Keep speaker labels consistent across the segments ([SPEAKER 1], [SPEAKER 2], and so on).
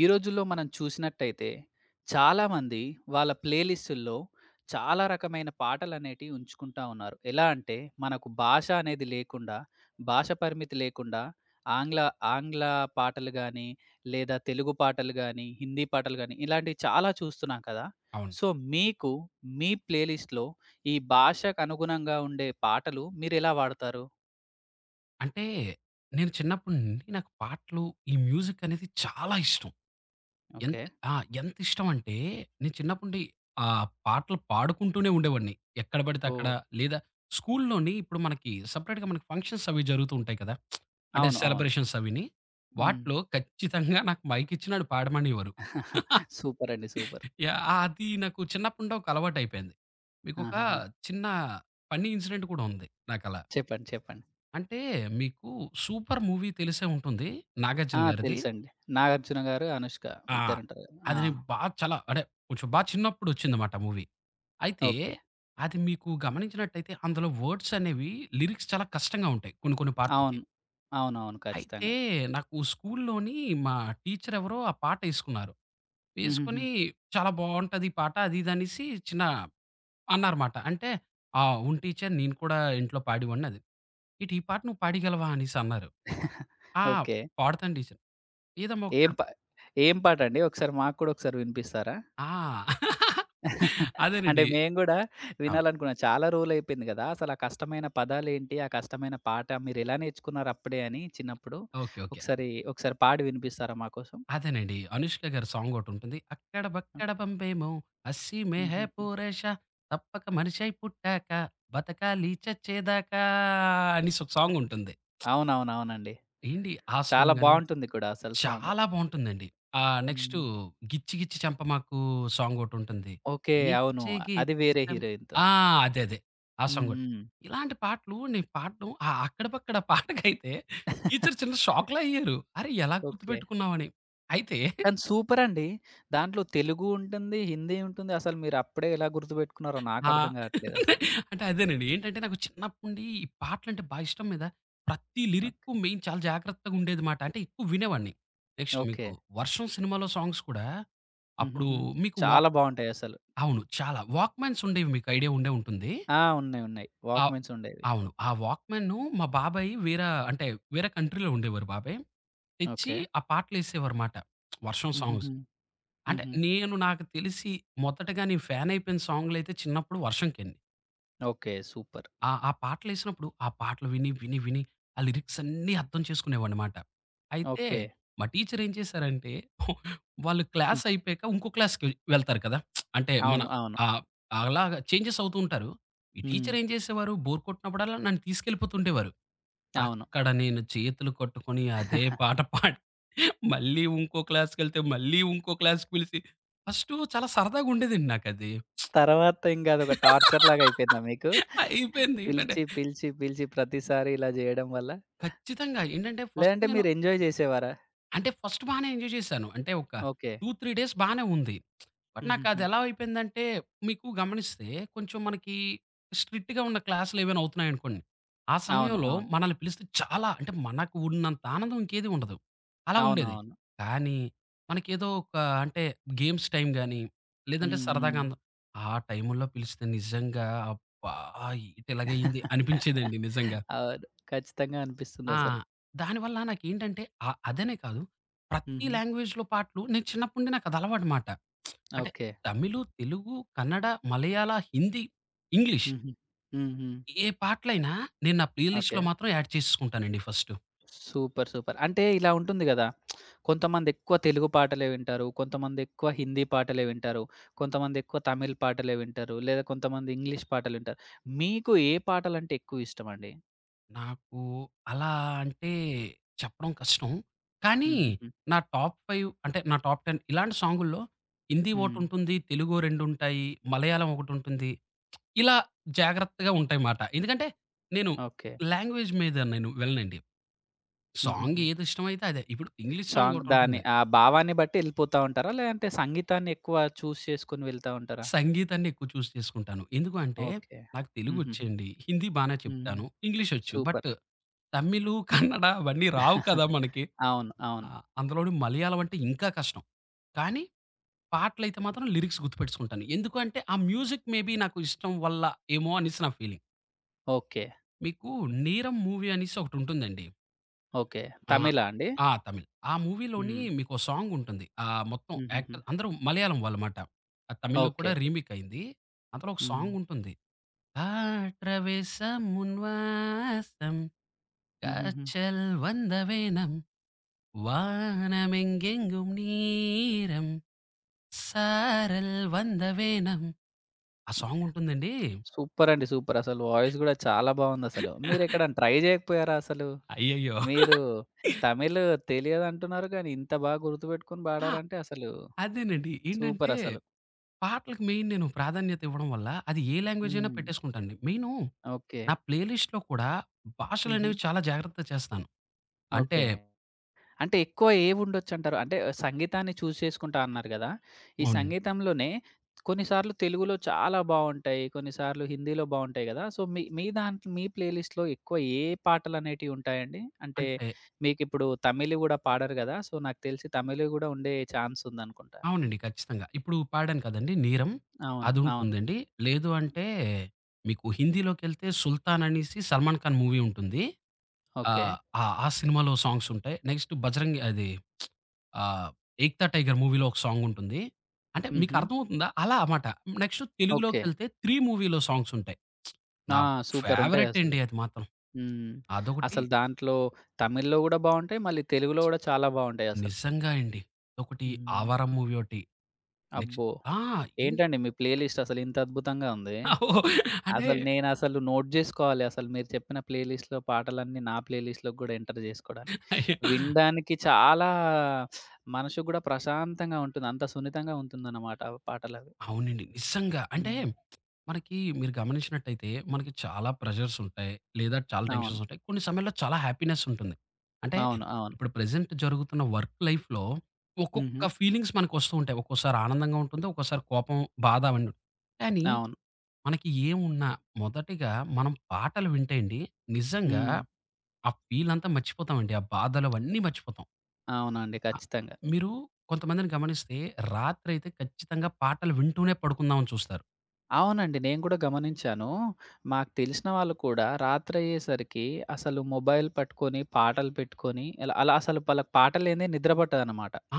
[SPEAKER 1] ఈ రోజుల్లో మనం చూసినట్టయితే చాలామంది వాళ్ళ ప్లేలిస్టుల్లో చాలా రకమైన పాటలనేటివి ఉంచుకుంటా ఉన్నారు. ఎలా అంటే మనకు భాష అనేది లేకుండా, భాష పరిమితి లేకుండా ఆంగ్ల ఆంగ్ల పాటలు గానీ, లేదా తెలుగు పాటలు గానీ, హిందీ పాటలు గానీ, ఇలాంటివి చాలా చూస్తున్నాం కదా!
[SPEAKER 2] అవును.
[SPEAKER 1] సో, మీకు మీ ప్లేలిస్ట్‌లో ఈ భాషకు అనుగుణంగా ఉండే పాటలు మీరెలా వాడతారు?
[SPEAKER 2] అంటే నేను చిన్నప్పటి నుండి నాకు పాటలు, ఈ మ్యూజిక్ అనేది చాలా ఇష్టం. ఎంత
[SPEAKER 1] ఓకే.
[SPEAKER 2] ఆ! ఎంత ఇష్టం అంటే నేను చిన్నప్పటి నుండి పాటలు పాడుకుంటూనే ఉండేవాడిని. ఎక్కడ పడితే అక్కడ
[SPEAKER 1] ఓహ్!
[SPEAKER 2] లేదా స్కూల్‌లోని ఇప్పుడు మనకి సెపరేట్‌గా మనకి ఫంక్షన్స్ అవి జరుగుతూ ఉంటాయి కదా! అంటే
[SPEAKER 1] అవును, అవును.
[SPEAKER 2] సెలబ్రేషన్స్ అవిని.
[SPEAKER 1] హ్మ్.
[SPEAKER 2] వాటిలో ఖచ్చితంగా నాకు మైక్ ఇచ్చి నన్ను పాడమనేవారు.
[SPEAKER 1] సూపర్ అండి. సూపర్.
[SPEAKER 2] యాహ్! అది నాకు చిన్నప్పటి నుండి ఒక అలవాటైపోయింది. మీకొక
[SPEAKER 1] ఆహాహా!
[SPEAKER 2] చిన్న ఫన్నీ ఇన్సిడెంట్ కూడా ఉంది నాకలా.
[SPEAKER 1] చెప్పండి, చెప్పండి.
[SPEAKER 2] అంటే మీకు 'సూపర్' మూవీ తెలిసే ఉంటుంది.
[SPEAKER 1] ఆ,
[SPEAKER 2] 'నాగార్జున' గారిది.
[SPEAKER 1] తెలుసండి. 'నాగార్జున' గారు, 'అనుష్క'
[SPEAKER 2] ఆ!
[SPEAKER 1] ఇద్దరుంటారు. కదా! ఆ!
[SPEAKER 2] అది నేను బా చాలా అంటే కొంచెం బా చిన్నప్పుడు వచ్చిందన్నమాట ఆ మూవీ. అయితే
[SPEAKER 1] ఓకే.
[SPEAKER 2] అది మీకు గమనించినట్టయితే అందులో వర్డ్స్ అనేవి లిరిక్స్ చాలా కష్టంగా ఉంటాయి కొన్ని కొన్ని పాటలకి.
[SPEAKER 1] అవును. అవునవును,
[SPEAKER 2] అయితే
[SPEAKER 1] ఖచ్చితంగా.
[SPEAKER 2] నాకు స్కూల్‌లోని మా టీచర్ ఎవరో ఆ పాట ఏసుకున్నారు.
[SPEAKER 1] హుహుహు.
[SPEAKER 2] వేసుకొని చాలా బావుంటది ఈ పాట అది ఇది అనేసి చిన్న అన్నారమాట. అంటే, "ఆ! అవును టీచర్, నేను కూడా ఇంట్లో పాడేవాడిని" అది. "ఏంటి ఈ పాట నువ్వు పాడగలవా" అనేసి అన్నారు. "ఆ!
[SPEAKER 1] ఓకే.
[SPEAKER 2] పాడతాను టీచర్." ఏదమ్మా
[SPEAKER 1] ఏం
[SPEAKER 2] ఒకసారి.
[SPEAKER 1] పా ఏం పాటండి? ఒకసారి మాకు కూడా ఒకసారి వినిపిస్తారా?
[SPEAKER 2] ఆ!
[SPEAKER 1] అంటే
[SPEAKER 2] అదేనండి.
[SPEAKER 1] మేము గూడా
[SPEAKER 2] అవును.
[SPEAKER 1] వినాలనుకున్నాం. చాలా రోజులయిపోయింది గదా! అసలు ఆ కష్టమైన పదాలేంటి? ఆ కష్టమైన పాట మీరెలా నేర్చుకున్నారు అప్పుడే అని చిన్నప్పుడు?
[SPEAKER 2] Okay, okay.
[SPEAKER 1] ఒకసారి ఒకసారి పాడి వినిపిస్తారా మా కోసం?
[SPEAKER 2] అదేనండి. 'అనుష్క' గారి సాంగొకటుంటుంది. అక్కడ బక్కడ బంబేమో హస్సీ మే హై
[SPEAKER 1] హుహుహు.
[SPEAKER 2] పోరేష, తప్పక మనిషై పుట్టాక బతకాలి చచ్చేదాకా అనేసి ఒక సాంగుంటుంది.
[SPEAKER 1] అవునవునవునండి.
[SPEAKER 2] ఏండి ఆ
[SPEAKER 1] చాలా
[SPEAKER 2] సాంగ్ అని
[SPEAKER 1] బావుంటుంది కూడా అసలు సాంగ్.
[SPEAKER 2] చాలా బావుంటుందండి. నెక్స్టు
[SPEAKER 1] హ్మ్.
[SPEAKER 2] 'గిచ్చి గిచ్చి చంపమాకు' సాంగొకటుంటుంది.
[SPEAKER 1] ఓకే. అవును.
[SPEAKER 2] 'గిచ్చి
[SPEAKER 1] అది
[SPEAKER 2] గిచ్చి
[SPEAKER 1] వేరే
[SPEAKER 2] చం'.
[SPEAKER 1] హీరోయిన్‌తో.
[SPEAKER 2] ఆ! అదే. ఆ
[SPEAKER 1] హ్మ్.
[SPEAKER 2] సాంగొటి.
[SPEAKER 1] హ్మ్.
[SPEAKER 2] ఇలాంటి పాటలు నేను పాడడం ఆ అక్కడపక్కడ పాటకైతే టీచర్ చిన్న షాక్‌లో అయ్యారు. "అరే! ఎలా
[SPEAKER 1] ఓకే.
[SPEAKER 2] గుర్తుపెట్టుకున్నావని?" అయితే
[SPEAKER 1] కానీ సూపరండి. దాంట్లో తెలుగు ఉంటుంది, హిందీ ఉంటుంది. అసలు మీరు అప్పుడే ఎలా గుర్తుపెట్టుకున్నారో
[SPEAKER 2] ఆ!
[SPEAKER 1] నాకర్థం కావట్లేదసలు.
[SPEAKER 2] అంటే అదేనండి. ఏంటంటే నాకు చిన్నప్పటి నుండి ఈ పాటలంటే బా ఇష్టం మీద ప్రతి
[SPEAKER 1] ఓకే,
[SPEAKER 2] లిరిక్కు మెయిన్ చాలా జాగ్రత్తగా ఉండేది మాట. అంటే ఎక్కువ వినేవాడిని. Next
[SPEAKER 1] okay.
[SPEAKER 2] మీకు 'వర్షం' సినిమాలో సాంగ్స్ కూడా అప్పుడు
[SPEAKER 1] హుహుహు.
[SPEAKER 2] మీకు వ.
[SPEAKER 1] చాలా బావుంటాయసలు.
[SPEAKER 2] అవును, చాలా. వాక్‌మ్యాన్స్ ఉండేవి. మీకు ఐడియా ఉండే ఉంటుంది.
[SPEAKER 1] ఆ! ఉన్నాయి, ఉన్నాయి.
[SPEAKER 2] ఆహ్,
[SPEAKER 1] వాక్‌మెన్స్ ఉండేవి.
[SPEAKER 2] అవును. ఆ వాక్‌మ్యాన్‌ను మా బాబాయి వేర, అంటే వేరే కంట్రీలో ఉండేవారు బాబాయ్. తెచ్చి
[SPEAKER 1] ఓకే.
[SPEAKER 2] ఆ పాటలేసేవారుమాట. వర్షం సాంగ్స్.
[SPEAKER 1] హుహుహు.
[SPEAKER 2] అంటే
[SPEAKER 1] హుహు.
[SPEAKER 2] నేను నాకు తెలిసి మొదటగా నేను ఫ్యాన్ అయిపోయిన సాంగ్‌లైతే చిన్నప్పుడు వర్షం‌కండి.
[SPEAKER 1] ఓకే. సూపర్.
[SPEAKER 2] ఆ! ఆ పాటలేసినప్పుడు, ఆ పాటలు విని, విని, విని ఆ లిరిక్స్ అన్నీ అర్థం చేసుకునేవాడినమాట. అయితే
[SPEAKER 1] ఓకే.
[SPEAKER 2] మా టీచర్ ఏం చేశారంటే, వాళ్ళు
[SPEAKER 1] హ్మ్.
[SPEAKER 2] క్లాస్ అయిపోయాక ఇంకో క్లాస్‌కి వెళ్తారు కదా! అంటే మన
[SPEAKER 1] అవును, అవును.
[SPEAKER 2] ఆహ్, అలాగా చేంజెస్ అవుతూ ఉంటారు. ఈ
[SPEAKER 1] హ్మ్.
[SPEAKER 2] టీచర్ ఏం చేసేవారు, బోర్ కొట్టినప్పుడల్లా నన్ను తీసుకెళ్ళిపోతుండేవారు.
[SPEAKER 1] అవును.
[SPEAKER 2] అక్కడ నేను చేతులు కట్టుకొని అదే పాట పాడి, మళ్ళీ ఇంకో క్లాస్‌కెళ్తే, మళ్ళీ ఇంకో క్లాస్‌కి పిలిసి ఫస్టు చాలా సరదాగుండేదండి నాకది.
[SPEAKER 1] తర్వాత ఇంక అదొక టార్చర్ లాగా అయిపోయిందా మీకు?
[SPEAKER 2] అయిపోయింది. ఏంటంటే
[SPEAKER 1] పిలిచి, పిలిచి, పిలిచి ప్రతిసారి ఇలా జేయడం వల్ల?
[SPEAKER 2] ఖచ్చితంగా. ఏంటంటే ఫస్ట్
[SPEAKER 1] లేదంటే
[SPEAKER 2] నేను
[SPEAKER 1] మీరు ఎంజాయ్ జేసేవారా?
[SPEAKER 2] అంటే ఫస్ట్ బానే ఎంజాయ్ చేశాను. అంటే ఒక
[SPEAKER 1] ఓకే.
[SPEAKER 2] 2, 3 డేస్ బానే ఉంది. బట్
[SPEAKER 1] హుహుహు.
[SPEAKER 2] నాకదెలా అయిపోయిందంటే మీకు గమనిస్తే కొంచెం మనకి స్ట్రిక్ట్‌గా ఉన్న క్లాసులేవైనా అవుతున్నాయనుకోండి. ఆ
[SPEAKER 1] అవును,
[SPEAKER 2] సమయంలో
[SPEAKER 1] అవును.
[SPEAKER 2] మనల్ని పిలిస్తే చాలా అంటే మనకు ఉన్నంత ఆనందం ఇంకేది ఉండదు. అలా ఉండేది.
[SPEAKER 1] అవునవును.
[SPEAKER 2] కానీ మనకేదో ఒక అంటే గేమ్స్ టైమ్ గాని, లేదంటే
[SPEAKER 1] హ్మ్, హ్మ్.
[SPEAKER 2] సరదాగా అందం ఆ టైముల్లో పిలిస్తే నిజంగా అబ్బా! ఏటి ఇలాగయింది అనిపించేదండి నిజంగా.
[SPEAKER 1] అవును, ఖచ్చితంగా
[SPEAKER 2] ఆ!
[SPEAKER 1] అనిపిస్తుందసలు.
[SPEAKER 2] దానివల్ల నాకేంటంటే అదనే కాదు. ప్రతి
[SPEAKER 1] హుహు.
[SPEAKER 2] లాంగ్వేజ్‌లో పాటలు నేను చిన్నప్పటి నుండి నాకు అది అలవాటు మాట. అంటే
[SPEAKER 1] ఓకే.
[SPEAKER 2] తమిళు, తెలుగు, కన్నడ, మలయాళ, హిందీ, ఇంగ్లీష్
[SPEAKER 1] హుహు. హ్మ్, హ్మ్.
[SPEAKER 2] ఏ పాటలైనా నేను నా ప్లే
[SPEAKER 1] ఓకే.
[SPEAKER 2] లిస్ట్‌లో మాత్రం యాడ్ చేసేసుకుంటానండి ఫస్టు.
[SPEAKER 1] Super, super. అంటే ఇలా ఉంటుంది గదా! కొంతమందెక్కువ తెలుగు పాటలే వింటారు. కొంతమందెక్కువ హిందీ పాటలే వింటారు. కొంతమందెక్కువ తమిళ్ పాటలే వింటారు. లేదా కొంతమంది ఇంగ్లీష్ పాటలు వింటారు. మీకు ఏ పాటలంటే ఎక్కువ ఇష్టమండి?
[SPEAKER 2] నాకు అలా అంటే చెప్పడం కష్టం. కానీ
[SPEAKER 1] హుహుహు.
[SPEAKER 2] నా టాప్ 5 అంటే నా టాప్ 10 ఇలాంటి సాంగుల్లో హిందీ
[SPEAKER 1] హ్మ్.
[SPEAKER 2] ఒకటుంటుంది. తెలుగు 2 ఉంటాయి. మలయాళం ఒకటుంటుంది. ఇలా జాగ్రత్తగా ఉంటాయిమాట. ఎందుకంటే, నేను
[SPEAKER 1] ఓకే.
[SPEAKER 2] లాంగ్వేజ్ మీద నేను వెళ్ళనండి. సాంగ్
[SPEAKER 1] హుహుహు.
[SPEAKER 2] ఏదిష్టమైతే అదే. ఇప్పుడు ఇంగ్లీష్ సాంగ్
[SPEAKER 1] సాంగ్ దాని
[SPEAKER 2] ఒకటుంటుంది.
[SPEAKER 1] ఆ భావాన్ని బట్టి ఎళ్ళిపోతా ఉంటారా? లేదంటే సంగీతాన్ని ఎక్కువ చూజ్ చేసుకొని వెళ్తా ఉంటారా?
[SPEAKER 2] సంగీతాన్ని ఎక్కువ చూస్ చేసుకుంటాను. ఎందుకు అంటే,
[SPEAKER 1] ఓకే.
[SPEAKER 2] నాకు
[SPEAKER 1] హుహుహు.
[SPEAKER 2] తెలుగొచ్చండి. హిందీ బానే
[SPEAKER 1] హ్మ్.
[SPEAKER 2] చెప్తాను. ఇంగ్లీషొచ్చు. But
[SPEAKER 1] super.
[SPEAKER 2] తమిళు, కన్నడ అవన్నీ రావు కదా మనకి.
[SPEAKER 1] అవును, అవును.
[SPEAKER 2] అందులోను మలయాళం అంటే ఇంకా కష్టం. కానీ పాటలైతే మాత్రం లిరిక్స్ గుర్తుపెట్టుకుంటాను. ఎందుకు అంటే, ఆ మ్యూజిక్ మేబీ నాకు ఇష్టం వల్ల ఏమో అనేసి నా ఫీలింగ్.
[SPEAKER 1] ఓకే,
[SPEAKER 2] మీకు 'నీరమ్' మూవీ అనేసి ఒకటుంటుందండి.
[SPEAKER 1] ఓకే.
[SPEAKER 2] ఆ!
[SPEAKER 1] తమిళా అండి?
[SPEAKER 2] ఆ! తమిళ్. ఆ మూవీలోని
[SPEAKER 1] హ్మ్.
[SPEAKER 2] మీకో సాంగ్ ఉంటుంది. మొత్తం
[SPEAKER 1] హుహుహు.
[SPEAKER 2] యాక్టర్ అందరూ మలయాళం వాళ్ళమాట. అది తమిళ్‌లో కూడా
[SPEAKER 1] ఓకే.
[SPEAKER 2] రీమేక్ అయింది. అందులో ఒక
[SPEAKER 1] హ్మ్.
[SPEAKER 2] సాంగ్ ఉంటుంది. "కాట్రవేసం ఉన్వాసం
[SPEAKER 1] హుహుహు.
[SPEAKER 2] కాற்றல் வந்தவேனம் వానమెంగెంగుం నీరం సారల్ వందవేనం". ఆ సాంగ్ ఉంటుందండి.
[SPEAKER 1] సూపర్ అండి, సూపర్. అసలు వాయిస్ గూడా చాలా బావుందసలు. మీరెక్కడైనా ట్రై జేయకపోయారా అసలు?
[SPEAKER 2] అయ్యయ్యో!
[SPEAKER 1] మీరు తమిళ్ తెలియదంటున్నారు గానీ, ఇంత బా గుర్తుపెట్టుకొని
[SPEAKER 2] ఆ!
[SPEAKER 1] పాడారంటే అసలు
[SPEAKER 2] అదేనండి. ఏంటంటే
[SPEAKER 1] సూపరసలు.
[SPEAKER 2] పాటలకి మెయిన్ నేను ప్రాధాన్యత ఇవ్వడం వల్ల అది ఏ లాంగ్వేజ్ అయినా
[SPEAKER 1] హ్మ్.
[SPEAKER 2] పెట్టేసుకుంటానండి. Main
[SPEAKER 1] okay.
[SPEAKER 2] నా ప్లే లిస్ట్‌లో కూడా
[SPEAKER 1] హుహు.
[SPEAKER 2] భాషలనేవి చాలా జాగ్రత్తగా చేస్తాను. అంటే
[SPEAKER 1] ఓకే. అంటే ఎక్కువ ఏవుండొచ్చంటారు? అంటే సంగీతాన్ని చూజ్ చేసుకుంటా అన్నారు గదా! ఈ
[SPEAKER 2] అవును.
[SPEAKER 1] సంగీతంలోనే కొన్నిసార్లు తెలుగులో చాలా బావుంటాయి. కొన్నిసార్లు హిందీలో బావుంటాయి గదా! సో, మీ మీ దాంట్లో మీ ప్లేలిస్ట్‌లో ఎక్కువ ఏ పాటలనేటివి ఉంటాయండి? అంటే
[SPEAKER 2] అంటే
[SPEAKER 1] మీకిప్పుడు తమిళ్ గూడా పాడరు గదా! సో, నాకు తెలిసి తమిళ్ గూడా ఉండే ఛాన్స్ ఉందనుకుంటా.
[SPEAKER 2] అవునండి, ఖచ్చితంగా. ఇప్పుడు పాడాను కదండీ 'నీరం'
[SPEAKER 1] అవును, అవును.
[SPEAKER 2] అదుంటుందండి. లేదు అంటే మీకు హిందీలోకెళ్తే 'సుల్తాన్' అనేసి 'సల్మాన్ ఖాన్' మూవీ ఉంటుంది.
[SPEAKER 1] ఓకే.
[SPEAKER 2] ఆహ్, ఆ! ఆ సినిమాలో సాంగ్స్ ఉంటాయి. నెక్స్ట్ 'బజరంగి' అది ఆహ్, 'ఏక్తా టైగర్' మూవీలో ఒక సాంగ్ ఉంటుంది. అంటే మీకు
[SPEAKER 1] హుహు.
[SPEAKER 2] అర్థమవుతుందా? అలా అమాట. Next
[SPEAKER 1] okay.
[SPEAKER 2] తెలుగులోకెళ్తే 'త్రీ' మూవీలో సాంగ్స్ ఉంటాయి. నా
[SPEAKER 1] ఆ! సూపర్
[SPEAKER 2] ఫేవరెట్
[SPEAKER 1] ఉంటాయసలు.
[SPEAKER 2] అండి అది మాత్రం.
[SPEAKER 1] హ్మ్.
[SPEAKER 2] అదొకటి,
[SPEAKER 1] అసలు దాంట్లో తమిళ్‌లో గూడా బావుంటాయి. మళ్ళీ తెలుగులో గూడా చాలా బావుంటాయసలు.
[SPEAKER 2] నిజంగా అండి. ఒకటి
[SPEAKER 1] హ్మ్.
[SPEAKER 2] 'ఆవారం' మూవీ ఒకటి. నెక్స్ట్
[SPEAKER 1] అబ్బో!
[SPEAKER 2] ఆ! ఇన్
[SPEAKER 1] ఏంటండి మీ ప్లే లిస్ట్ అసలు ఇంత అద్భుతంగా ఉంది.
[SPEAKER 2] ఓహ్! అంటే
[SPEAKER 1] అసలు నేనసలు నోట్ జేసుకోవాలి, అసలు మీరు చెప్పిన ప్లే లిస్ట్‌లో పాటలన్నీ నా ప్లే లిస్ట్‌లోకి గూడా ఎంటర్ జేసుకోడానికి.
[SPEAKER 2] అయ్యో!
[SPEAKER 1] వినడానికి చాలా మనసు గూడా ప్రశాంతంగా ఉంటుంది. అంత సున్నితంగా ఉంటుందన్నమాట ఆ పాటలవి.
[SPEAKER 2] అవునండి, నిజంగా. అంటే
[SPEAKER 1] హ్మ్.
[SPEAKER 2] మనకి మీరు గమనించినట్టయితే మనకి చాలా ప్రెషర్స్ ఉంటాయి. లేదా చాలా
[SPEAKER 1] అవును,
[SPEAKER 2] టెన్షన్స్ ఉంటాయి. కొన్ని సమయాల్లో చాలా హ్యాపీనెస్ ఉంటుంది. అంటే
[SPEAKER 1] అవును. అవును.
[SPEAKER 2] ఇప్పుడు ప్రెజెంట్ జరుగుతున్న వర్క్ లైఫ్‌లో
[SPEAKER 1] హుహు.
[SPEAKER 2] ఒక్కొక్క ఫీలింగ్స్ మనకొస్తూ ఉంటాయి. ఒక్కోసారి ఆనందంగా ఉంటుంది. ఒక్కోసారి కోపం, బాధ అవన్నీ. కానీ
[SPEAKER 1] అవును.
[SPEAKER 2] మనకి ఏమున్నా మొదటిగా మనం పాటలు వింటే అండి నిజంగా
[SPEAKER 1] హ్మ్.
[SPEAKER 2] ఆ ఫీల్ అంతా మర్చిపోతామండి. ఆ బాధలు అవన్నీ మర్చిపోతాం.
[SPEAKER 1] అవునండి,
[SPEAKER 2] ఆ!
[SPEAKER 1] ఖచ్చితంగా.
[SPEAKER 2] మీరు కొంతమందిని గమనిస్తే రాత్రయితే ఖచ్చితంగా పాటలు వింటూనే పడుకుందాం అని చూస్తారు.
[SPEAKER 1] అవునండి, నేను గూడా గమనించాను. మాకు తెలిసిన వాళ్ళు కూడా రాత్రయ్యేసరికి అసలు మొబైల్ పట్టుకొని, పాటలు పెట్టుకొని ఇలా అలా అసలు వాళ్ళకి పాట లేనిదే నిద్ర పట్టదన్నమాట.
[SPEAKER 2] ఆ!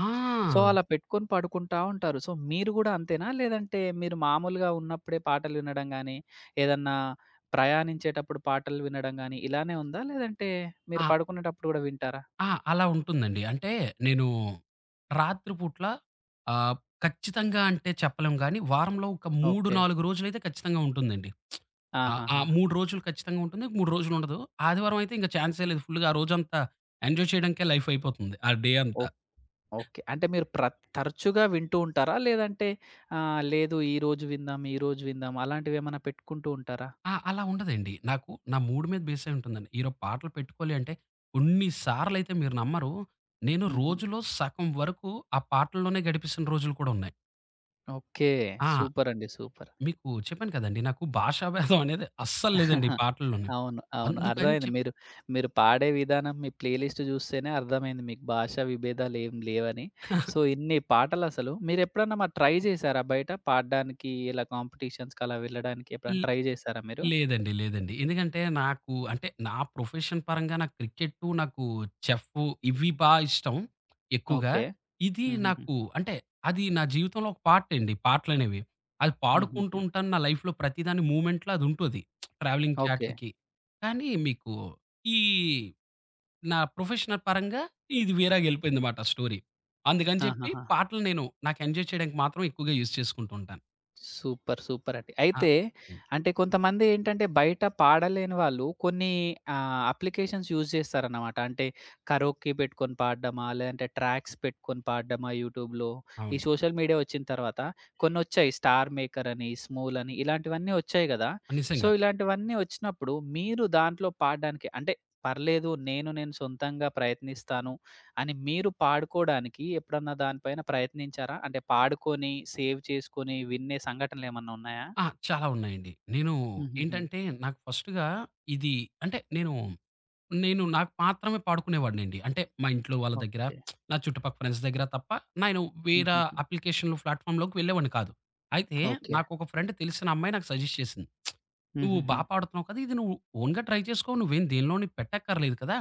[SPEAKER 1] సో, అలా పెట్టుకొని పడుకుంటా ఉంటారు. సో, మీరు గూడా అంతేనా? లేదంటే మీరు మామూలుగా ఉన్నప్పుడే పాటలు వినడం గానీ, ఏదన్నా ప్రయాణించేటప్పుడు పాటలు వినడం గానీ, ఇలానే ఉందా? లేదంటే మీరు
[SPEAKER 2] ఆ!
[SPEAKER 1] పడుకునేటప్పుడు గూడా వింటారా?
[SPEAKER 2] ఆ! అలా ఉంటుందండి. అంటే నేను రాత్రి పూట్ల ఆహ్, ఖచ్చితంగా అంటే చెప్పలేం గానీ, వారంలో ఒక 3,
[SPEAKER 1] ఓకే.
[SPEAKER 2] 4 రోజులైతే ఖచ్చితంగా ఉంటుందండి. ఆ! ఆ
[SPEAKER 1] ఆహాహా!
[SPEAKER 2] 3 రోజులు ఖచ్చితంగా ఉంటుంది. 3 రోజులు ఉండదు. ఆదివారం అయితే ఇంక ఛాన్సే లేదు. ఫుల్‌గా ఆ రోజంతా ఎంజాయ్ చేయడానికే లైఫ్ అయిపోతుంది. ఆ డే
[SPEAKER 1] ఓ
[SPEAKER 2] అంతా.
[SPEAKER 1] ఓకే. అంటే మీరు తరచుగా వింటూ ఉంటారా? లేదంటే లేదు ఈరోజు విందాం, ఈరోజు విందాం అలాంటివేమన్నా పెట్టుకుంటూ ఉంటారా?
[SPEAKER 2] ఆ! అలా ఉండదండి. నాకు నా మూడ్ మీద బేస్ అయి ఉంటుందండి. ఈరోజు పాటలు పెట్టుకోవాలి అంటే కొన్ని సార్లయితే మీరు నమ్మరు. నేను
[SPEAKER 1] హుహు.
[SPEAKER 2] రోజులో సగం వరకు ఆ పాటల్లోనే గడిపేసిన రోజులు కూడా ఉన్నాయి.
[SPEAKER 1] ఓకే.
[SPEAKER 2] ఆ!
[SPEAKER 1] సూపరండి, సూపర్.
[SPEAKER 2] మీకు చెప్పాను కదండీ! నాకు భాషాభేదం అనేది అస్సలు లేదండి
[SPEAKER 1] అహా!
[SPEAKER 2] పాటల్లోని.
[SPEAKER 1] అవును, అవును,
[SPEAKER 2] అందుకని
[SPEAKER 1] అర్థమైంది.
[SPEAKER 2] చెప్పి
[SPEAKER 1] మీరు పాడే విధానం మీ ప్లే లిస్ట్ చూస్తేనే అర్థమైంది మీకు భాషా విభేదాలు ఏం లేవని. సో, ఇన్ని పాటలసలు మీరెప్పుడన్నా మరి ట్రై చేశారా బయట పాడడానికి ఇలా కాంపిటీషన్స్‌కి అలా వెళ్ళడానికి ఎప్పుడైనా ట్రై చేశారా మీరు?
[SPEAKER 2] లేదండి, లేదండి. ఎందుకంటే నాకు అంటే నా ప్రొఫెషన్ పరంగా నాకు క్రికెట్టు, నాకు చెఫ్ఫు ఇవి బా ఇష్టం ఎక్కువగా.
[SPEAKER 1] ఓకే.
[SPEAKER 2] ఇది
[SPEAKER 1] హుహుహు.
[SPEAKER 2] నాకు అంటే అది నా జీవితంలో ఒక పార్ట్ అండి పాటలనేవి. అది
[SPEAKER 1] హుహుహు.
[SPEAKER 2] పాడుకుంటూ ఉంటాను. నా లైఫ్‌లో ప్రతిదాని మూవ్‌మెంట్‌లో అదుంటది. ట్రావెలింగ్‌కి
[SPEAKER 1] ఓకే.
[SPEAKER 2] ఆటిలకి. కానీ మీకు ఈ నా ప్రొఫెషనల్ పరంగా ఇది వేరేగెళ్ళిపోయిందమాట స్టోరీ. అందుకని చెప్పి
[SPEAKER 1] ఆహాహా!
[SPEAKER 2] పాటలు నేను నాకు ఎంజాయ్ చేయడానికి మాత్రం ఎక్కువగా యూజ్ చేసుకుంటూ ఉంటాను.
[SPEAKER 1] సూపర్, సూపర్ అండి.
[SPEAKER 2] ఆ!
[SPEAKER 1] అయితే
[SPEAKER 2] హ్మ్.
[SPEAKER 1] అంటే కొంతమంది ఏంటంటే బయట పాడలేని వాళ్ళు కొన్ని అప్లికేషన్స్ యూజ్ చేస్తారన్నమాట. అంటే కరోక్కి పెట్టుకొని పాడడమా, లేదంటే ట్రాక్స్ పెట్టుకొని పాడడమా యూట్యూబ్‌లో. ఈ
[SPEAKER 2] అవును,
[SPEAKER 1] సోషల్ మీడియా వచ్చిన తర్వాత కొన్నొచ్చాయి. స్టార్ మేకర్ అని, స్మూల్ అని ఇలాంటివన్నీ వచ్చాయి గదా! సో,
[SPEAKER 2] నిజంగా.
[SPEAKER 1] ఇలాంటివన్నీ వచ్చినప్పుడు మీరు దాంట్లో పాడడానికి అంటే పర్లేదు నేను నేను సొంతంగా ప్రయత్నిస్తాను అని మీరు పాడుకోడానికి ఎప్పుడన్నా దాని పైన ప్రయత్నించారా? అంటే పాడుకొని, సేవ్ చేసుకొని విన్నే సంఘటనలేమన్నా ఉన్నాయా?
[SPEAKER 2] ఆ! చాలా ఉన్నాయండి. నేను
[SPEAKER 1] హుహుహు.
[SPEAKER 2] ఏంటంటే, నాకు ఫస్ట్‌గా ఇది అంటే నేను నాకు మాత్రమే పాడుకునేవాడినండి. అంటే మా ఇంట్లో వాళ్ళ దగ్గర,
[SPEAKER 1] ఓకే.
[SPEAKER 2] నా చుట్టుపక్కల ఫ్రెండ్స్ దగ్గర తప్ప నేను వేరే
[SPEAKER 1] హుహుహు.
[SPEAKER 2] అప్లికేషన్‌లు, ప్లాట్‌ఫార్మ్‌లోకి వెళ్ళేవాడిని కాదు. అయితే
[SPEAKER 1] ఓకే.
[SPEAKER 2] నాకొక ఫ్రెండ్ తెలిసిన అమ్మాయి నాకు సజెస్ట్ చేసింది. "నువ్వు బా
[SPEAKER 1] హుహుహు.
[SPEAKER 2] పాడుతున్నావు కదా! ఇది నువ్వు ఓన్‌గా ట్రై చేసుకో. నువ్వేం దేనిలోని పెట్టక్కర్లేదు కదా!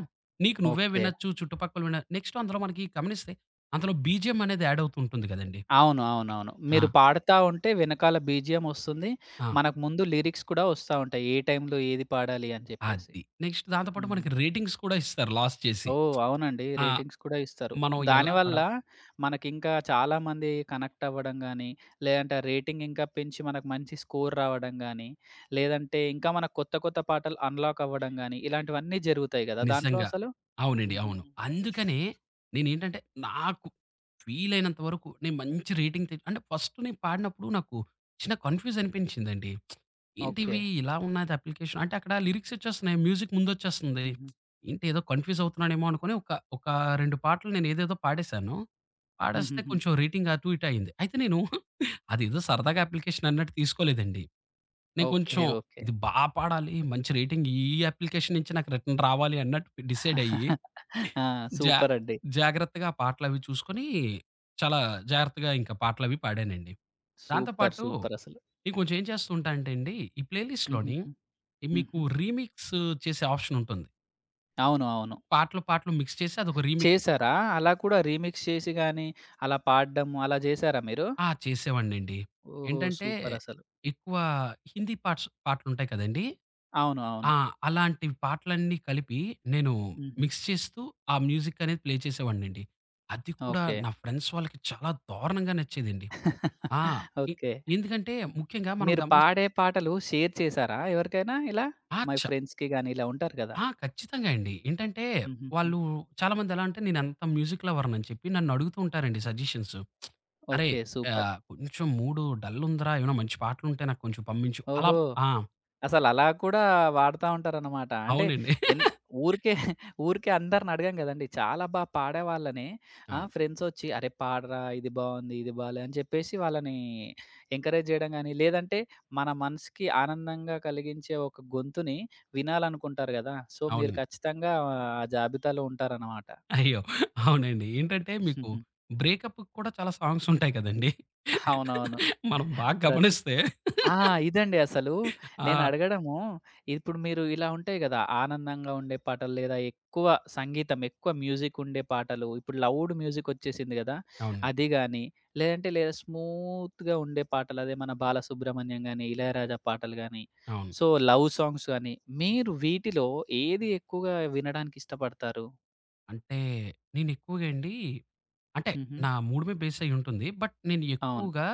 [SPEAKER 2] నీకు నువ్వే
[SPEAKER 1] ఓకే.
[SPEAKER 2] వినొచ్చు, చుట్టుపక్కల విన". నెక్స్ట్ అందులో మనకి గమనిస్తే అందులో బీజీఎం అనేది యాడ్ అవుతూ ఉంటుంది కదండీ!
[SPEAKER 1] అవును, అవునవును.
[SPEAKER 2] ఆ!
[SPEAKER 1] మీరు పాడుతా ఉంటే వెనకాల బీజీఎం ఒస్తుంది.
[SPEAKER 2] ఆ!
[SPEAKER 1] మనకు ముందు లిరిక్స్ కూడా ఒస్తా ఉంటాయి, ఏ టైంలో ఏది పాడాలి అని జెప్పేసి.
[SPEAKER 2] అది. నెక్స్ట్ దాంతో పాటు
[SPEAKER 1] హ్మ్.
[SPEAKER 2] మనకి రేటింగ్స్ కూడా ఇస్తారు లాస్ చేసి.
[SPEAKER 1] ఓహ్! అవునండి,
[SPEAKER 2] ఆ!
[SPEAKER 1] రేటింగ్స్ కూడా ఇస్తారు.
[SPEAKER 2] మనం ఎలా
[SPEAKER 1] దానివల్ల
[SPEAKER 2] పడం
[SPEAKER 1] మనకింకా చాలామంది కనెక్ట్ అవ్వడం గానీ, లేదంటే ఆ రేటింగ్ ఇంకా పెంచి మనకు మంచి స్కోర్ రావడం గానీ, లేదంటే ఇంకా మనకు కొత్త కొత్త పాటలు అన్‌లాక్ అవ్వడం గానీ, ఇలాంటివన్నీ జరుగుతాయి గదా దాంట్లో
[SPEAKER 2] నిజంగా.
[SPEAKER 1] అసలు?
[SPEAKER 2] అవునండి, అవును.
[SPEAKER 1] హుహుహు.
[SPEAKER 2] అందుకనే నేనేంటంటే నాకు వీలైనంత వరకు నేను మంచి రేటింగ్ తె అంటే ఫస్ట్ నేను పాడినప్పుడు నాకు చిన్న కన్‌ఫ్యూజ్ అనిపించిందండి.
[SPEAKER 1] ఓకే.
[SPEAKER 2] ఏంటివి ఇలా ఉన్నది అప్లికేషన్ అంటే అక్కడ లిరిక్స్ వచ్చేస్తున్నాయి. మ్యూజిక్ ముందొచ్చేస్తుంది.
[SPEAKER 1] హుహు.
[SPEAKER 2] ఏంటి ఏదో కన్‌ఫ్యూజ్ అవుతున్నానేమో అనుకోని ఒక ఒక 2 పాటలు నేను ఏదేదో పాడేశాను. పాడేస్తే
[SPEAKER 1] హుహుహు.
[SPEAKER 2] కొంచెం రేటింగ్ అటు ఇటు అయింది. అయితే నేను అదేదో సరదాగా అప్లికేషన్ అన్నట్టు తీసుకోలేదండి. నేను
[SPEAKER 1] ఓకే,
[SPEAKER 2] కొంచెం
[SPEAKER 1] ఓకే.
[SPEAKER 2] ఇది బా పాడాలి. మంచి రేటింగ్ ఈ అప్లికేషన్ నుంచి నాకు రిటర్న్ రావాలి అన్నట్టు డిసైడ్ అయ్యి
[SPEAKER 1] ఆ!
[SPEAKER 2] జా
[SPEAKER 1] సూపరండి.
[SPEAKER 2] జాగ్రత్తగా పాటలవి చూసుకొని, చాలా జాగ్రత్తగా ఇంకా పాటలవి పాడానండి. దాంతో
[SPEAKER 1] సూపర్.
[SPEAKER 2] పాటు
[SPEAKER 1] సూపరసలు.
[SPEAKER 2] నేను కొంచెం ఏం చేస్తూ ఉంటా అంటే అండి, ఈ ప్లే లిస్ట్‌లోని
[SPEAKER 1] హుహుహు.
[SPEAKER 2] మీకు
[SPEAKER 1] హుహు.
[SPEAKER 2] రీమిక్స్ చేసే ఆప్షన్ ఉంటుంది.
[SPEAKER 1] అవును, అవును.
[SPEAKER 2] పాటలు మిక్స్ చేసి అదొక రీమిక్.
[SPEAKER 1] చేశారా? అలా కూడా రీమిక్స్ చేసి గానీ, అలా పాడడం అలా జేశారా మీరు?
[SPEAKER 2] ఆ! చేసేవాడినండి.
[SPEAKER 1] ఓహో!
[SPEAKER 2] ఏంటంటే
[SPEAKER 1] సూపరసలు.
[SPEAKER 2] ఎక్కువ హిందీ పాట్స్ పాటలుంటాయి కదండీ!
[SPEAKER 1] అవును, అవును.
[SPEAKER 2] ఆ! అలాంటి పాటలన్నీ కలిపి నేను
[SPEAKER 1] హుహు.
[SPEAKER 2] మిక్స్ చేస్తూ ఆ మ్యూజిక్ అనేది ప్లే చేసేవాడినండి. అది కూడా
[SPEAKER 1] ఓకే,
[SPEAKER 2] నా ఫ్రెండ్స్ వాళ్ళకి చాలా దారుణంగా నచ్చేదండి. ఆ! ఎ
[SPEAKER 1] ఓకే.
[SPEAKER 2] ఎందుకంటే ముఖ్యంగా మనం
[SPEAKER 1] మీరు
[SPEAKER 2] గమనిస్
[SPEAKER 1] పాడే పాటలు షేర్ చేసారా ఎవరికైనా ఇలా?
[SPEAKER 2] ఆ!
[SPEAKER 1] మీ
[SPEAKER 2] చ
[SPEAKER 1] ఫ్రెండ్స్‌కి గాని ఇలా ఉంటారు గదా!
[SPEAKER 2] ఆ! ఖచ్చితంగా అండి. ఏంటంటే
[SPEAKER 1] హుహుహు.
[SPEAKER 2] వాళ్ళు చాలామంది ఎలా అంటే నేనంత మ్యూజిక్ లవర్‌నని చెప్పి నన్ను అడుగుతూ ఉంటారండి సజెషన్స్. "అరేయ్!
[SPEAKER 1] Okay, super.
[SPEAKER 2] కొంచెం మూడు డల్ ఉందిరా ఏమైనా మంచి పాటలుంటే నాకు కొంచెం పంపించు" అలా.
[SPEAKER 1] ఓహో!
[SPEAKER 2] ఆ!
[SPEAKER 1] అసలలా కూడా వాడతా ఉంటారనమాట. అంటే
[SPEAKER 2] అవునండి.
[SPEAKER 1] ఎన్ ఊరికే, ఊరికే అందరిని అడగం గదండీ! చాలా బా పాడే వాళ్ళని
[SPEAKER 2] అవును.
[SPEAKER 1] ఫ్రెండ్సొచ్చి "అరే! పాడరా ఇది బావుంది, ఇది బాలే" అని చెప్పేసి వాళ్ళని ఎంకరేజ్ జేయడం గాని, లేదంటే మన మనసుకి ఆనందంగా కలిగించే ఒక గొంతుని వినాలనుకుంటారు గదా! సో, మీరు
[SPEAKER 2] అవునండి.
[SPEAKER 1] ఖచ్చితంగా ఆ జాబితాలో ఉంటారనమాట.
[SPEAKER 2] అయ్యో! అవునండి. ఏంటంటే మీకు బ్రేకప్‌కి కూడా చాలా సాంగ్స్ ఉంటాయి కదండీ.
[SPEAKER 1] అవునవును.
[SPEAKER 2] మనం బాగా
[SPEAKER 1] ప్రతి
[SPEAKER 2] గమనిస్తే
[SPEAKER 1] ఆ! ఇదండి అసలు.
[SPEAKER 2] ఆ!
[SPEAKER 1] నేనడగడము, ఇప్పుడు మీరు ఇలా ఉంటాయి గదా! ఆనందంగా ఉండే పాటలు లేదా ఎక్కువ సంగీతం, ఎక్కువ మ్యూజికుండే పాటలు. ఇప్పుడు లౌడ్ మ్యూజికొచ్చేసింది గదా!
[SPEAKER 2] అవునండి,
[SPEAKER 1] అది గాని, లేదంటే లేదా స్మూత్‌గా ఉండే పాటలు, అదే మన 'బాలసుబ్రహ్మణ్యం' గాని, 'ఇళయరాజా' పాటలు గాని,
[SPEAKER 2] అవును.
[SPEAKER 1] సో, లవ్ సాంగ్స్ గాని, మీరు వీటిలో ఏది ఎక్కువగా వినడానికి ఇష్టపడతారు?
[SPEAKER 2] అంటే నేను ఎక్కువగా అండి, అంటే
[SPEAKER 1] హుహు.
[SPEAKER 2] నా మూడ్ మీద బేస్ అయ్యి ఉంటుంది. బట్ నేను
[SPEAKER 1] అవును.
[SPEAKER 2] ఎక్కువగా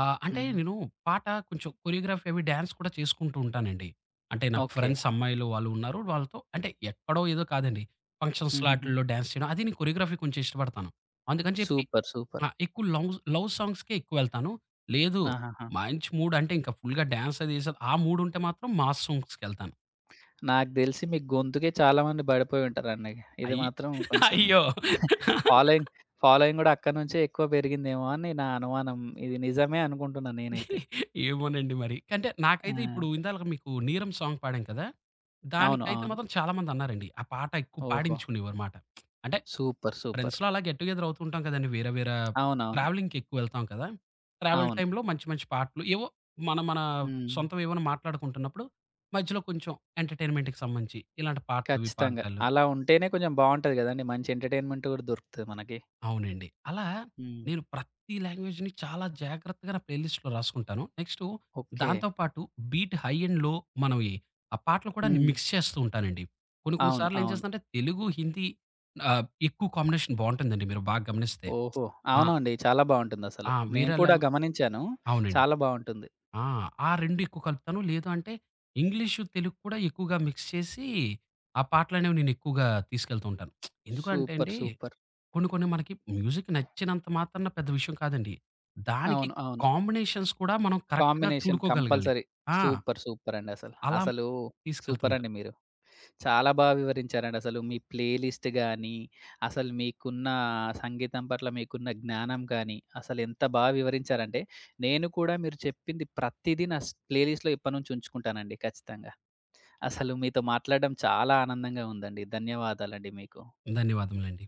[SPEAKER 2] అంటే
[SPEAKER 1] హుహు.
[SPEAKER 2] నేను పాట కొంచెం కొరియోగ్రాఫీ అవి డాన్స్ కూడా చేసుకుంటూ ఉంటానండి. అంటే నాకు
[SPEAKER 1] ఓకే.
[SPEAKER 2] ఫ్రెండ్స్ అమ్మాయిలు వాళ్ళు ఉన్నారు. వాళ్ళతో అంటే ఎక్కడో ఏదో కాదండి. ఫంక్షన్స్
[SPEAKER 1] హుహుహు.
[SPEAKER 2] ఆటిల్లో డాన్స్ చేయడం అది నేను కొరియోగ్రఫీ కొంచెం ఇష్టపడతాను. అందుకని చెప్పి
[SPEAKER 1] సూపర్,
[SPEAKER 2] ఆ!
[SPEAKER 1] సూపర్.
[SPEAKER 2] ఎక్కువ లవ్ లవ్ సాంగ్స్‌కే ఎక్కువెళ్తాను. లేదు
[SPEAKER 1] ఆహాహా!
[SPEAKER 2] మంచి మూడ్ అంటే ఇంకా ఫుల్‌గా డాన్స్ అది ఏసారు. ఆ మూడ్ ఉంటే మాత్రం మాస్ సాంగ్స్‌కెళ్తాను.
[SPEAKER 1] నాకు దెలిసి మీ గొంతుకే చాలామంది బడిపోయి ఉంటారండి. ఇది
[SPEAKER 2] అయి
[SPEAKER 1] మాత్రం కొంచెం
[SPEAKER 2] అయ్యో!
[SPEAKER 1] ఫాలోయింగ్, ఫాలోయింగ్ గూడా అక్కడి నుంచే ఎక్కువ పెరిగిందేమో అని నా అనుమానం. ఇది నిజమే అనుకుంటున్నా నేనైతే.
[SPEAKER 2] ఏమోనండి మరి. అంటే
[SPEAKER 1] ఆ!
[SPEAKER 2] నాకైతే ఇప్పుడు ఇందాలక మీకు 'నీరమ్' సాంగ్ పాడాం కదా!
[SPEAKER 1] అవును,
[SPEAKER 2] దానికైతే
[SPEAKER 1] అవును.
[SPEAKER 2] మాత్రం చాలా మందన్నారండి. ఆ పాట ఎక్కువ
[SPEAKER 1] ఓహో!
[SPEAKER 2] పాడించుకునేవారుమాట. అంటే
[SPEAKER 1] సూపర్, సూపర్.
[SPEAKER 2] ఫ్రెండ్స్‌లో అలా గెట్ టు గెదర్ అవుతూ ఉంటాం కదండీ. వేరే వేరే
[SPEAKER 1] అవునవును.
[SPEAKER 2] ట్రావెలింగ్‌కి ఎక్కువ వెళ్తాం కదా! ట్రావెల్
[SPEAKER 1] అవును.
[SPEAKER 2] టైమ్‌లో మంచి మంచి పాటలు ఏవో మన మన
[SPEAKER 1] హ్మ్.
[SPEAKER 2] సొంతవి ఏమైనా మాట్లాడుకుంటున్నప్పుడు మధ్యలో కొంచెం ఎంటర్‌టైన్‌మెంట్‌కి సంబంధించి ఇలాంటి పాటలవి
[SPEAKER 1] ఖచ్చితంగా.
[SPEAKER 2] పాడడాలు.
[SPEAKER 1] అలా ఉంటేనే కొంచెం బావుంటది గదండీ. మంచి ఎంటర్‌టైన్‌మెంట్ గూడా దొరుకుతది మనకి.
[SPEAKER 2] అవునండి. అలా
[SPEAKER 1] హ్మ్.
[SPEAKER 2] నేను ప్రతి లాంగ్వేజ్‌ని చాలా జాగ్రత్తగా నా ప్లేలిస్ట్‌లో రాసుకుంటాను. Next
[SPEAKER 1] okay.
[SPEAKER 2] దాంతో పాటు బీట్ హై అండ్ లో మనవి ఆ పాటలు కూడా నేను
[SPEAKER 1] హ్మ్.
[SPEAKER 2] మిక్స్ చేస్తూ ఉంటానండి. కొన్ని కొన్ని
[SPEAKER 1] అవును,
[SPEAKER 2] సార్లు ఏం
[SPEAKER 1] అవును.
[SPEAKER 2] చేస్తానంటే తెలుగు, హిందీ ఎక్కువ కాంబినేషన్ బావుంటుందండి మీరు బాగా గమనిస్తే.
[SPEAKER 1] ఓహో!
[SPEAKER 2] ఆ!
[SPEAKER 1] అవునండి, చాలా బావుంటుందసలు.
[SPEAKER 2] ఆ!
[SPEAKER 1] నేను
[SPEAKER 2] వేరే
[SPEAKER 1] కూడా
[SPEAKER 2] లాంగ్
[SPEAKER 1] గమనించాను.
[SPEAKER 2] అవునండి.
[SPEAKER 1] చాలా బావుంటుంది.
[SPEAKER 2] ఆ! ఆ 2 ఎక్కువ కలుపుతాను. లేదు అంటే ఇంగ్లీషు, తెలుగు కూడా ఎక్కువగా మిక్స్ చేసి ఆ పాటలనేవి నేను ఎక్కువగా తీసుకెళ్తూ ఉంటాను. ఎందుకంటే
[SPEAKER 1] సూపర్,
[SPEAKER 2] అండి
[SPEAKER 1] సూపర్.
[SPEAKER 2] కొన్ని కొన్ని మనకి మ్యూజిక్ నచ్చినంత మాత్రాన పెద్ద విషయం కాదండి. దానికి
[SPEAKER 1] అవును, అవును.
[SPEAKER 2] కాంబినేషన్స్ కూడా మనం కరెక్ట్‌గా
[SPEAKER 1] కాంబినేషన్
[SPEAKER 2] చూడుకోగలగాలి.
[SPEAKER 1] కంపల్సరీ.
[SPEAKER 2] ఆ!
[SPEAKER 1] సూపర్! సూపరండి అసలు.
[SPEAKER 2] అలా
[SPEAKER 1] అసలు
[SPEAKER 2] తీసుకెళ్తూ
[SPEAKER 1] సూపరండి
[SPEAKER 2] ఉంటాను.
[SPEAKER 1] మీరు. చాలా బా వివరించారండి. అసలు మీ ప్లేలిస్ట్ గానీ, అసలు మీకున్న సంగీతం పట్ల మీకున్న జ్ఞానం కానీ, అసలు ఎంత బా వివరించారంటే, నేను కూడా మీరు చెప్పింది ప్రతిదీ నా ప్లేలిస్ట్‌లో ఇప్పటినుంచి ఉంచుకుంటానండి ఖచ్చితంగా. అసలు మీతో మాట్లాడడం చాలా ఆనందంగా ఉందండి. ధన్యవాదాలండి మీకు.
[SPEAKER 2] ధన్యవాదములండి.